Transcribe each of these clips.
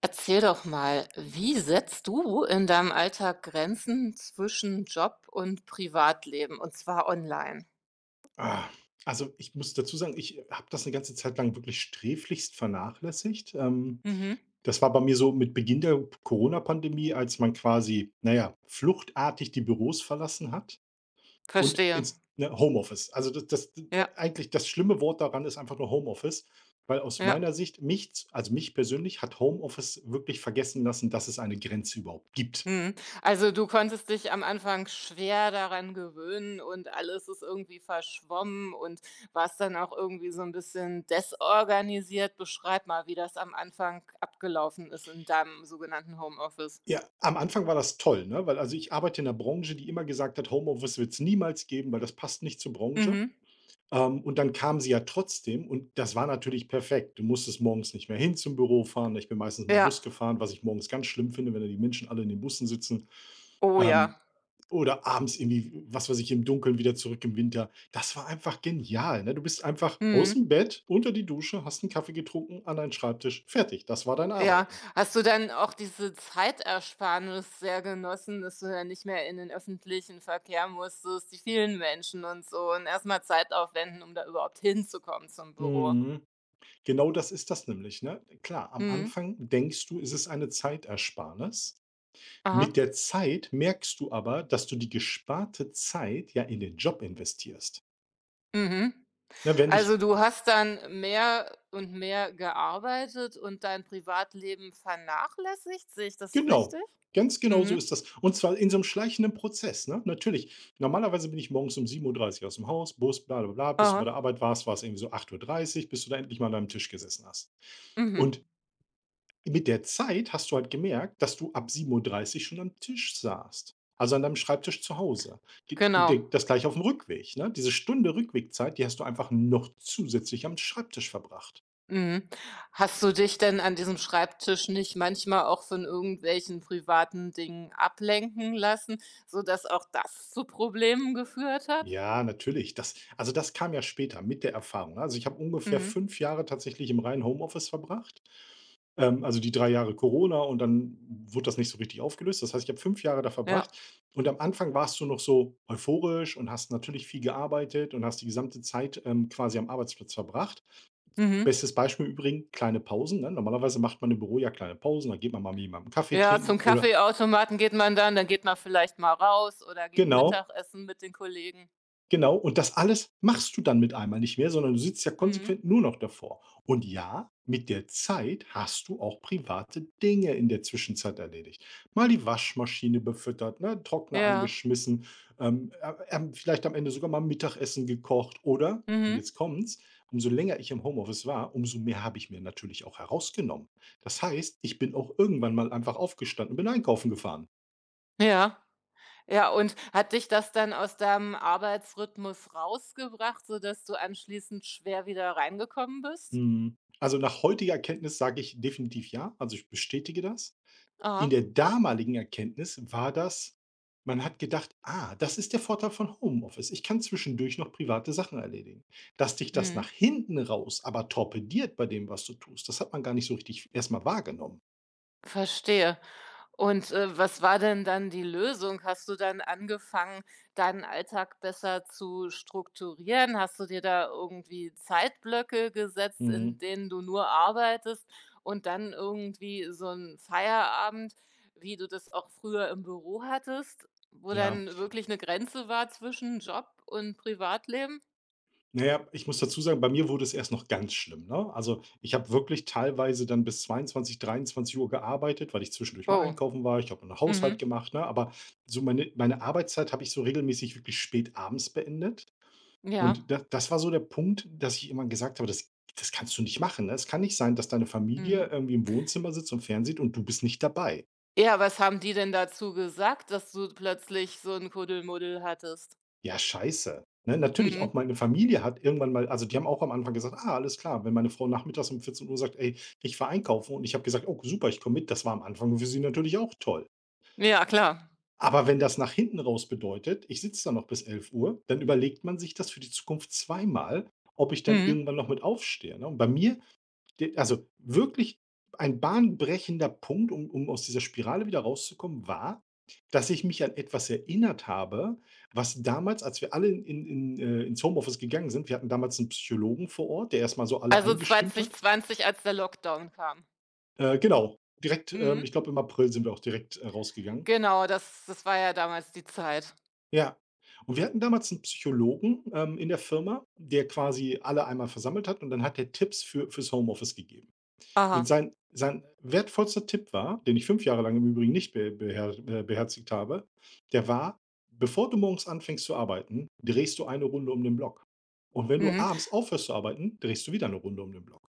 Erzähl doch mal, wie setzt du in deinem Alltag Grenzen zwischen Job und Privatleben, und zwar online? Ah, also, ich muss dazu sagen, ich habe das eine ganze Zeit lang wirklich sträflichst vernachlässigt. Mhm. Das war bei mir so mit Beginn der Corona-Pandemie, als man quasi, naja, fluchtartig die Büros verlassen hat und Verstehe. ins, ne, Homeoffice. Also, das das Ja, eigentlich das schlimme Wort daran ist einfach nur Homeoffice, weil aus ja. meiner Sicht mich persönlich hat Homeoffice wirklich vergessen lassen, dass es eine Grenze überhaupt gibt. Mhm. Also, du konntest dich am Anfang schwer daran gewöhnen und alles ist irgendwie verschwommen und warst dann auch irgendwie so ein bisschen desorganisiert. Beschreib mal, wie das am Anfang abgelaufen ist in deinem sogenannten Homeoffice. Ja, am Anfang war das toll, ne? Weil also ich arbeite in einer Branche, die immer gesagt hat: „Homeoffice wird's niemals geben, weil das passt nicht zur Branche.“ Mhm. Und dann kamen sie ja trotzdem und das war natürlich perfekt. Du musstest morgens nicht mehr hin zum Büro fahren. Ich bin meistens mit dem Ja. Bus gefahren, was ich morgens ganz schlimm finde, wenn da die Menschen alle in den Bussen sitzen, Oh ähm, ja. oder abends irgendwie, was weiß ich, im Dunkeln wieder zurück im Winter. Das war einfach genial, ne? Du bist einfach aus Mhm. dem Bett, unter die Dusche, hast einen Kaffee getrunken, an deinen Schreibtisch, fertig. Das war dein Ja. Arbeiten. Hast du dann auch diese Zeitersparnis sehr genossen, dass du dann nicht mehr in den öffentlichen Verkehr musstest, die vielen Menschen und so und erstmal Zeit aufwenden, um da überhaupt hinzukommen zum Büro? Mhm. Genau das ist das nämlich, ne? Klar, am Mhm. Anfang denkst du, ist es ist eine Zeitersparnis. Aha. Mit der Zeit merkst du aber, dass du die gesparte Zeit ja in den Job investierst. Mhm. Ne, wenn dich Also, du hast dann mehr und mehr gearbeitet und dein Privatleben vernachlässigt, sehe ich das genau, richtig? Ganz genau so Mhm. ist das. Und zwar in so einem schleichenden Prozess, ne? Natürlich, normalerweise bin ich morgens um 7:30 Uhr aus dem Haus, Bus, bla bla bla. Bis du bei Aha. der Arbeit warst, war's irgendwie so 8:30 Uhr, bis du da endlich mal an deinem Tisch gesessen hast. Mhm. Und Mit der Zeit hast du halt gemerkt, dass du ab 7:30 Uhr schon am Tisch saßt, also an deinem Schreibtisch zu Hause. Ge und de Genau. Das Gleiche auf dem Rückweg, ne? Diese Stunde Rückwegzeit, die hast du einfach noch zusätzlich am Schreibtisch verbracht. Mhm. Hast du dich denn an diesem Schreibtisch nicht manchmal auch von irgendwelchen privaten Dingen ablenken lassen, sodass auch das zu Problemen geführt hat? Ja, natürlich. Das also das kam ja später mit der Erfahrung, ne? Also, ich habe ungefähr Mhm. 5 Jahre tatsächlich im reinen Homeoffice verbracht. Also die 3 Jahre Corona und dann wurde das nicht so richtig aufgelöst. Das heißt, ich habe 5 Jahre da Ja. verbracht und am Anfang warst du noch so euphorisch und hast natürlich viel gearbeitet und hast die gesamte Zeit, quasi am Arbeitsplatz verbracht. Mhm. Bestes Beispiel übrigens kleine Pausen, ne? Normalerweise macht man im Büro ja kleine Pausen, dann geht man mal mit jemandem Kaffee Ja, trinken zum oder Kaffeeautomaten geht man dann, dann geht man vielleicht mal raus oder geht genau. Mittagessen mit den Kollegen. Genau, und das alles machst du dann mit einmal nicht mehr, sondern du sitzt ja Mhm. konsequent nur noch davor. Und ja, mit der Zeit hast du auch private Dinge in der Zwischenzeit erledigt. Mal die Waschmaschine befüttert, ne, Trockner Ja. angeschmissen, vielleicht am Ende sogar mal Mittagessen gekocht oder, und Mhm. jetzt kommt's, umso länger ich im Homeoffice war, umso mehr habe ich mir natürlich auch herausgenommen. Das heißt, ich bin auch irgendwann mal einfach aufgestanden und bin einkaufen gefahren. Ja. Ja, und hat dich das dann aus deinem Arbeitsrhythmus rausgebracht, sodass du anschließend schwer wieder reingekommen bist? Hm. Also nach heutiger Erkenntnis sage ich definitiv ja, also ich bestätige das. In Aha. der damaligen Erkenntnis war das man hat gedacht: „Ah, das ist der Vorteil von Homeoffice. Ich kann zwischendurch noch private Sachen erledigen.“ Dass dich das Mhm. nach hinten raus aber torpediert bei dem, was du tust, das hat man gar nicht so richtig erstmal wahrgenommen. Verstehe. Und, was war denn dann die Lösung? Hast du dann angefangen, deinen Alltag besser zu strukturieren? Hast du dir da irgendwie Zeitblöcke gesetzt, in Mhm, denen du nur arbeitest und dann irgendwie so 'n Feierabend, wie du das auch früher im Büro hattest, wo ja. dann wirklich eine Grenze war zwischen Job und Privatleben? Naja, ich muss dazu sagen, bei mir wurde es erst noch ganz schlimm, ne? Also, ich habe wirklich teilweise dann bis 22 Uhr gearbeitet, weil ich zwischendurch mal Oh, einkaufen war. Ich habe noch Haushalt mhm, gemacht, ne? Aber so meine Arbeitszeit habe ich so regelmäßig wirklich spät abends beendet. ja, Und da das war so der Punkt, dass ich immer gesagt habe: „Das das kannst du nicht machen, ne? Es kann nicht sein, dass deine mhm. Familie irgendwie im Wohnzimmer sitzt und fernsieht und du bist nicht dabei.“ Ja, was haben die denn dazu gesagt, dass du plötzlich so 'n Kuddelmuddel hattest? Ja, scheiße, ne? Natürlich, auch Mhm. meine Familie hat irgendwann mal also, die haben auch am Anfang gesagt: „Ah, alles klar.“ Wenn meine Frau nachmittags um 14 Uhr sagt: „Ey, ich fahre einkaufen“ und ich habe gesagt: „Oh, super, ich komme mit.“ Das war am Anfang für sie natürlich auch toll. Ja, klar. Aber wenn das nach hinten raus bedeutet, ich sitze da noch bis 11 Uhr, dann überlegt man sich das für die Zukunft zweimal, ob ich dann Mhm. irgendwann noch mit aufstehe, ne? Und bei mir De also, wirklich ein bahnbrechender Punkt, um aus dieser Spirale wieder rauszukommen, war, dass ich mich an etwas erinnert habe, was damals, als wir alle in ins Homeoffice gegangen sind, wir hatten damals 'n Psychologen vor Ort, der erst mal so alle Also eingestimmt hat. 2020, als der Lockdown kam. Genau, direkt, Mhm. ich glaube, im April sind wir auch direkt, rausgegangen. Genau, das war ja damals die Zeit. Ja. Und wir hatten damals 'n Psychologen, in der Firma, der quasi alle einmal versammelt hat und dann hat der Tipps für fürs Homeoffice gegeben. Und Aha. sein wertvollster Tipp war, den ich 5 Jahre lang im Übrigen nicht be beher beherzigt habe, der war: „Bevor du morgens anfängst zu arbeiten, drehst du eine Runde um den Block. Und wenn du Mhm. abends aufhörst zu arbeiten, drehst du wieder eine Runde um den Block.“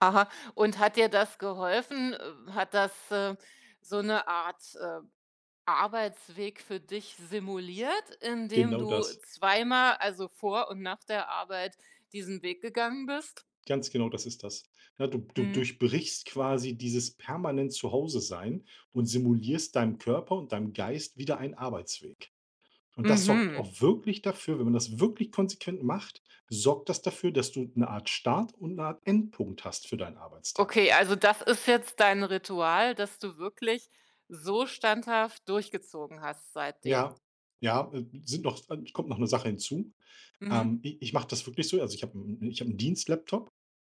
Aha. Und hat dir das geholfen? Hat das, so 'ne Art, Arbeitsweg für dich simuliert, indem Genau du das. zweimal, also vor und nach der Arbeit, diesen Weg gegangen bist? Ganz genau das ist das. Ja, du Mhm. durchbrichst quasi dieses permanent zuhause sein und simulierst deinem Körper und deinem Geist wieder einen Arbeitsweg. Und das sorgt Mhm. auch wirklich dafür, wenn man das wirklich konsequent macht, sorgt das dafür, dass du eine Art Start und eine Art Endpunkt hast für deinen Arbeitstag. Okay, also das ist jetzt dein Ritual, das du wirklich so standhaft durchgezogen hast seitdem? Ja, ja, sind noch kommt noch eine Sache hinzu. Mhm. I ich mache das wirklich so, also, ich habe einen Dienstlaptop,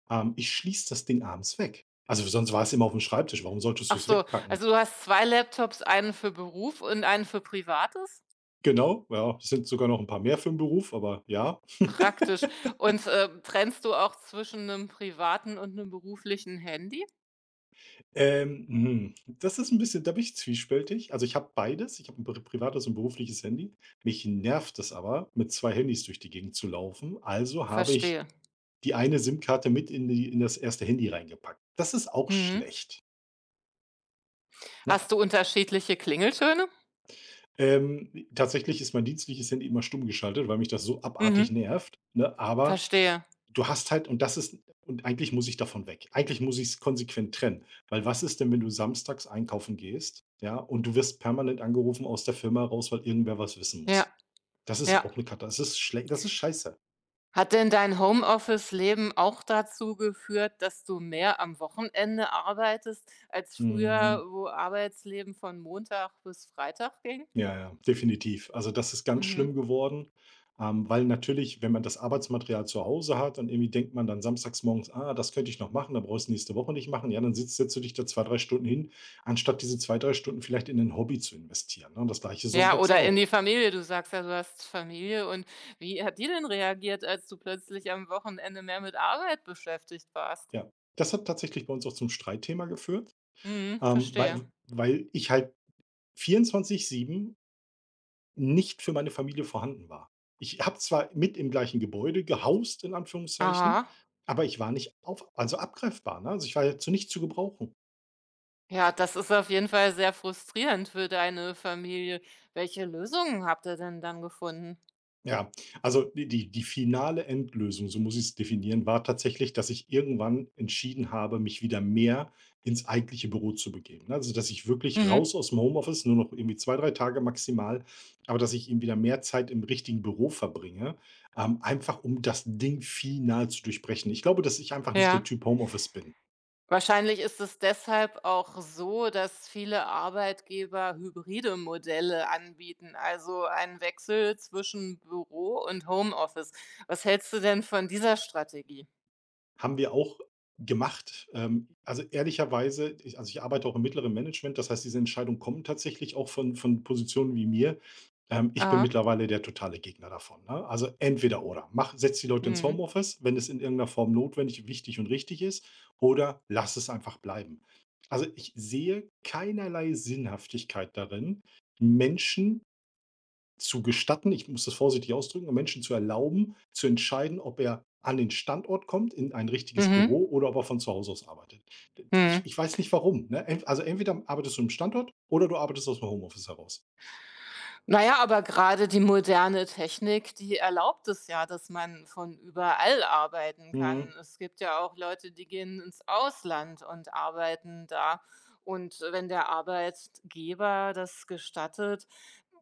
ich schließe das Ding abends weg. Also, sonst war es immer auf dem Schreibtisch. Warum solltest du Ach es so, wegpacken? also du hast 2 Laptops, einen für Beruf und einen für Privates? Genau, ja, es sind sogar noch ein paar mehr für den Beruf, aber ja. Praktisch. Und, trennst du auch zwischen einem privaten und einem beruflichen Handy? Das ist ein bisschen, da bin ich zwiespältig. Also, ich habe beides. Ich habe ein privates und berufliches Handy. Mich nervt es aber, mit 2 Handys durch die Gegend zu laufen. Also habe ich Verstehe. die eine SIM-Karte mit in das erste Handy reingepackt. Das ist auch Mhm. schlecht. Ne, Hast du unterschiedliche Klingeltöne? Tatsächlich ist mein dienstliches Handy immer stumm geschaltet, weil mich das so abartig Mhm. nervt, ne? Aber Verstehe. du hast halt und das ist und eigentlich muss ich davon weg. Eigentlich muss ich es konsequent trennen, weil was ist denn, wenn du samstags einkaufen gehst, ja, und du wirst permanent angerufen aus der Firma raus, weil irgendwer was wissen Ja, muss? Das ist ja. auch eine Katas das ist schlecht, das ist scheiße. Hat denn dein Homeoffice-Leben auch dazu geführt, dass du mehr am Wochenende arbeitest als Mhm. früher, wo Arbeitsleben von Montag bis Freitag ging? Ja, ja, definitiv. Also, das ist ganz schlimm Mhm. geworden, weil natürlich, wenn man das Arbeitsmaterial zu Hause hat und irgendwie denkt man dann samstags morgens: „Ah, das könnte ich noch machen, da brauchst du nächste Woche nicht machen.“ Ja, dann sitzt setzt du dich da 2 bis 3 Stunden hin, anstatt diese 2 bis 3 Stunden vielleicht in 'nen Hobby zu investieren, ne? Und das Gleiche Ja, sonntags oder in auch. die Familie. Du sagst ja, du hast Familie. Und wie hat die denn reagiert, als du plötzlich am Wochenende mehr mit Arbeit beschäftigt warst? Ja. Das hat tatsächlich bei uns auch zum Streitthema geführt, Mhm, verstehe. weil weil ich halt 24/7 nicht für meine Familie vorhanden war. Ich habe zwar mit im gleichen Gebäude gehaust in Anführungszeichen, Aha. aber ich war nicht auf also, abgreifbar, ne? Also, ich war ja zu nichts zu gebrauchen. Ja, das ist auf jeden Fall sehr frustrierend für deine Familie. Welche Lösungen habt ihr denn dann gefunden? Ja, also die finale Endlösung, so muss ich es definieren, war tatsächlich, dass ich irgendwann entschieden habe, mich wieder mehr ins eigentliche Büro zu begeben, ne? Also, dass ich wirklich Mhm. raus aus dem Homeoffice, nur noch irgendwie 2 bis 3 Tage maximal, aber dass ich eben wieder mehr Zeit im richtigen Büro verbringe, einfach um das Ding final zu durchbrechen. Ich glaube, dass ich einfach nicht der Ja. Typ Homeoffice bin. Wahrscheinlich ist es deshalb auch so, dass viele Arbeitgeber hybride Modelle anbieten, also einen Wechsel zwischen Büro und Homeoffice. Was hältst du denn von dieser Strategie? Haben wir auch gemacht. Also, ehrlicherweise ich also, ich arbeite auch im mittleren Management, das heißt, diese Entscheidungen kommen tatsächlich auch von Positionen wie mir. Ich bin Aha. mittlerweile der totale Gegner davon, ne? Also, entweder oder. Mach setz die Leute ins Mhm. Homeoffice, wenn es in irgendeiner Form notwendig, wichtig und richtig ist, oder lass es einfach bleiben. Also, ich sehe keinerlei Sinnhaftigkeit darin, Menschen zu gestatten, ich muss das vorsichtig ausdrücken, um Menschen zu erlauben, zu entscheiden, ob er an den Standort kommt, in ein richtiges Mhm. Büro oder ob er von zu Hause aus arbeitet. ich Mhm. ich weiß nicht warum, ne? Entweder arbeitest du im Standort oder du arbeitest aus dem Homeoffice heraus. Na ja, aber gerade die moderne Technik, die erlaubt es ja, dass man von überall arbeiten Mhm. kann. Es gibt ja auch Leute, die gehen ins Ausland und arbeiten da. Und wenn der Arbeitgeber das gestattet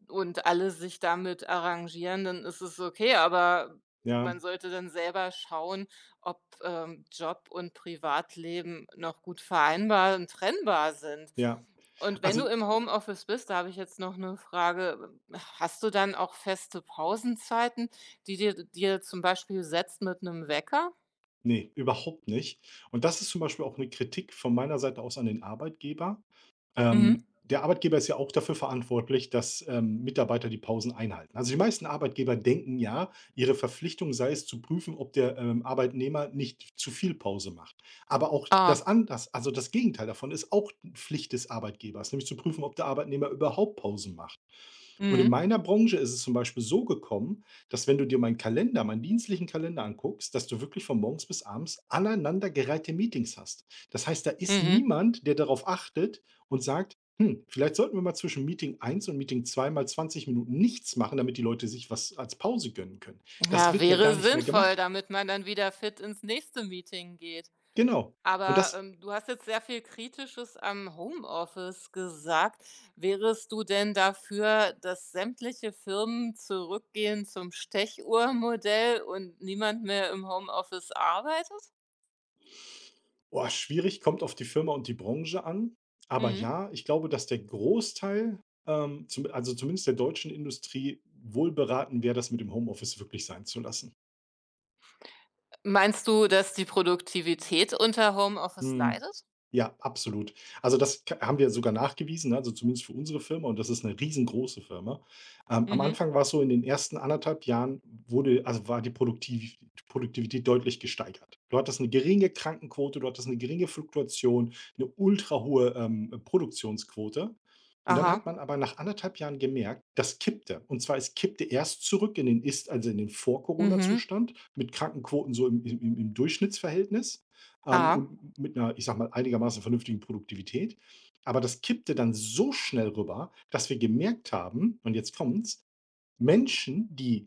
und alle sich damit arrangieren, dann ist es okay, aber Ja, man sollte dann selber schauen, ob, Job und Privatleben noch gut vereinbar und trennbar sind. ja. Und wenn Also, du im Homeoffice bist, da habe ich jetzt noch eine Frage, hast du dann auch feste Pausenzeiten, die dir zum Beispiel setzt mit einem Wecker? nee, überhaupt nicht. Und das ist zum Beispiel auch eine Kritik von meiner Seite aus an den Arbeitgeber. Mhm. Der Arbeitgeber ist ja auch dafür verantwortlich, dass, Mitarbeiter die Pausen einhalten. Also, die meisten Arbeitgeber denken ja, ihre Verpflichtung sei es, zu prüfen, ob der, Arbeitnehmer nicht zu viel Pause macht. Aber auch das Ah. anders, also, das Gegenteil davon ist auch Pflicht des Arbeitgebers, nämlich zu prüfen, ob der Arbeitnehmer überhaupt Pausen macht. Und in Mhm. meiner Branche ist es zum Beispiel so gekommen, dass, wenn du dir meinen Kalender, meinen dienstlichen Kalender anguckst, dass du wirklich von morgens bis abends aneinandergereihte Meetings hast. Das heißt, da ist Mhm. niemand, der darauf achtet und sagt: „Hm, vielleicht sollten wir mal zwischen Meeting eins und Meeting 2 mal 20 Minuten nichts machen, damit die Leute sich was als Pause gönnen können.“ Das Ja, wird ja gar wäre nicht mehr sinnvoll, gemacht. damit man dann wieder fit ins nächste Meeting geht. Genau. Und Aber, das du hast jetzt sehr viel Kritisches am Homeoffice gesagt. Wärest du denn dafür, dass sämtliche Firmen zurückgehen zum Stechuhrmodell und niemand mehr im Homeoffice arbeitet? Oh, schwierig, kommt auf die Firma und die Branche an. Aber Mhm. ja, ich glaube, dass der Großteil, zumindest der deutschen Industrie wohl beraten wäre, das mit dem Homeoffice wirklich sein zu lassen. Meinst du, dass die Produktivität unter Homeoffice Mhm. leidet? Ja, absolut. Also, das k haben wir sogar nachgewiesen, ne, also zumindest für unsere Firma, und das ist eine riesengroße Firma. Am Mhm. Anfang war's so, in den ersten anderthalb Jahren war die Produktivität deutlich gesteigert. Du hattest eine geringe Krankenquote, du hattest eine geringe Fluktuation, 'ne ultrahohe, Produktionsquote. Und dann hat Aha. man aber nach anderthalb Jahren gemerkt, das kippte. Und zwar, es kippte erst zurück in den in den Mhm. Vor-Corona-Zustand, mit Krankenquoten so im Durchschnittsverhältnis Ah. und mit einer, ich sage mal, einigermaßen vernünftigen Produktivität. Aber das kippte dann so schnell rüber, dass wir gemerkt haben, und jetzt kommt's: Menschen, die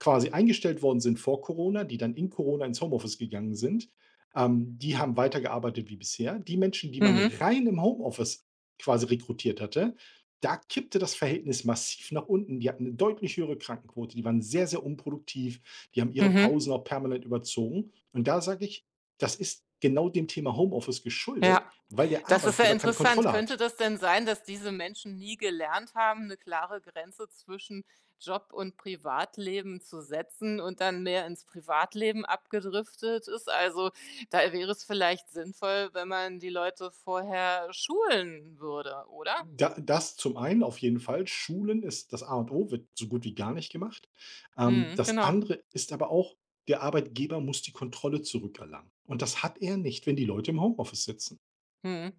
quasi eingestellt worden sind vor Corona, die dann in Corona ins Homeoffice gegangen sind. Die haben weitergearbeitet wie bisher. Die Menschen, die man Mhm. rein im Homeoffice quasi rekrutiert hatte, da kippte das Verhältnis massiv nach unten. Die hatten eine deutlich höhere Krankenquote, die waren sehr, sehr unproduktiv, die haben ihre Mhm. Pausen auch permanent überzogen. Und da sage ich, das ist genau dem Thema Homeoffice geschuldet, Ja, weil der das ist ja Arbeitgeber keine interessant. Kontrolle Könnte hat. das denn sein, dass diese Menschen nie gelernt haben, eine klare Grenze zwischen Job und Privatleben zu setzen und dann mehr ins Privatleben abgedriftet ist? Also, da wäre es vielleicht sinnvoll, wenn man die Leute vorher schulen würde, oder? Da, das zum einen auf jeden Fall. Schulen ist das A und O, wird so gut wie gar nicht gemacht. Mhm, Das genau. andere ist aber auch, der Arbeitgeber muss die Kontrolle zurückerlangen. Und das hat er nicht, wenn die Leute im Homeoffice sitzen. Mhm.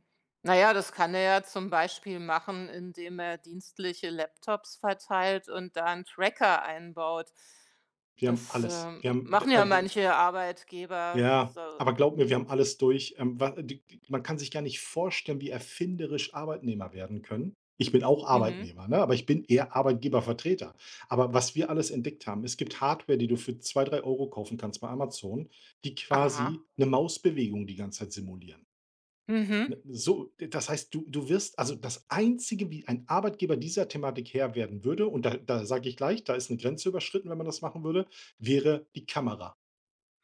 Na ja, das kann er ja zum Beispiel machen, indem er dienstliche Laptops verteilt und da einen Tracker einbaut. Wir haben Das, alles. Wir haben machen ja manche Arbeitgeber Ja, so. aber glaub mir, wir Mhm. haben alles durch. Wa die die Man kann sich gar nicht vorstellen, wie erfinderisch Arbeitnehmer werden können. Ich bin auch Mhm. Arbeitnehmer, ne, aber ich bin eher Arbeitgebervertreter. Aber was wir alles entdeckt haben: Es gibt Hardware, die du für 2, 3 Euro kaufen kannst bei Amazon, die Aha. quasi eine Mausbewegung die ganze Zeit simulieren. Ne, Mhm. so, das heißt, das Einzige, wie ein Arbeitgeber dieser Thematik Herr werden würde, und da sage ich gleich, da ist eine Grenze überschritten, wenn man das machen würde, wäre die Kamera,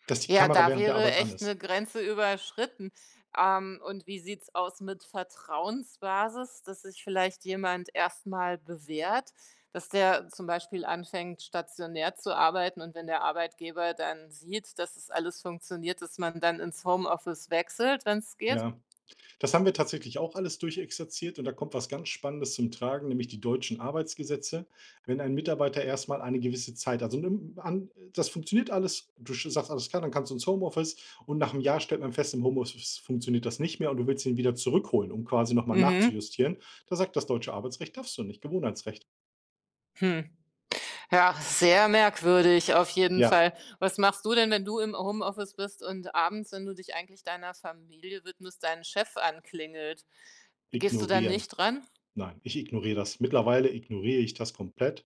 dass die Ja, Kamera da während der wäre Arbeit an echt ist. eine Grenze überschritten. Und wie sieht's aus mit Vertrauensbasis, dass sich vielleicht jemand erstmal bewährt, dass der zum Beispiel anfängt, stationär zu arbeiten und wenn der Arbeitgeber dann sieht, dass es alles funktioniert, dass man dann ins Homeoffice wechselt, wenn's geht? Ja, das haben wir tatsächlich auch alles durchexerziert, und da kommt was ganz Spannendes zum Tragen, nämlich die deutschen Arbeitsgesetze. Wenn ein Mitarbeiter erstmal eine gewisse Zeit, also nimm an, das funktioniert alles, du sagst alles klar, dann kannst du ins Homeoffice, und nach einem Jahr stellt man fest, im Homeoffice funktioniert das nicht mehr, und du willst ihn wieder zurückholen, um quasi nochmal Mhm. nachzujustieren. Da sagt das deutsche Arbeitsrecht, darfst du nicht, Gewohnheitsrecht. Hm. Ja, sehr merkwürdig auf jeden Ja, Fall. Was machst du denn, wenn du im Homeoffice bist und abends, wenn du dich eigentlich deiner Familie widmest, deinen Chef anklingelt? Gehst du dann ignorieren. nicht ran? Nein, ich ignoriere das. Mittlerweile ignoriere ich das komplett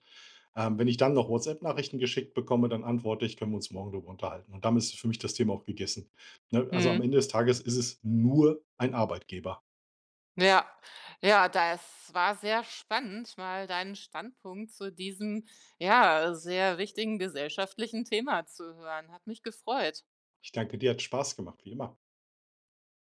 Ähm, Wenn ich dann noch WhatsApp-Nachrichten geschickt bekomme, dann antworte ich: „Können wir uns morgen darüber unterhalten?“ Und damit ist für mich das Thema auch gegessen. Ne, also am Mhm. Ende des Tages ist es nur ein Arbeitgeber. Ja, ja, das war sehr spannend, mal deinen Standpunkt zu diesem, ja, sehr wichtigen gesellschaftlichen Thema zu hören. Hat mich gefreut. Ich danke dir, hat Spaß gemacht, wie immer.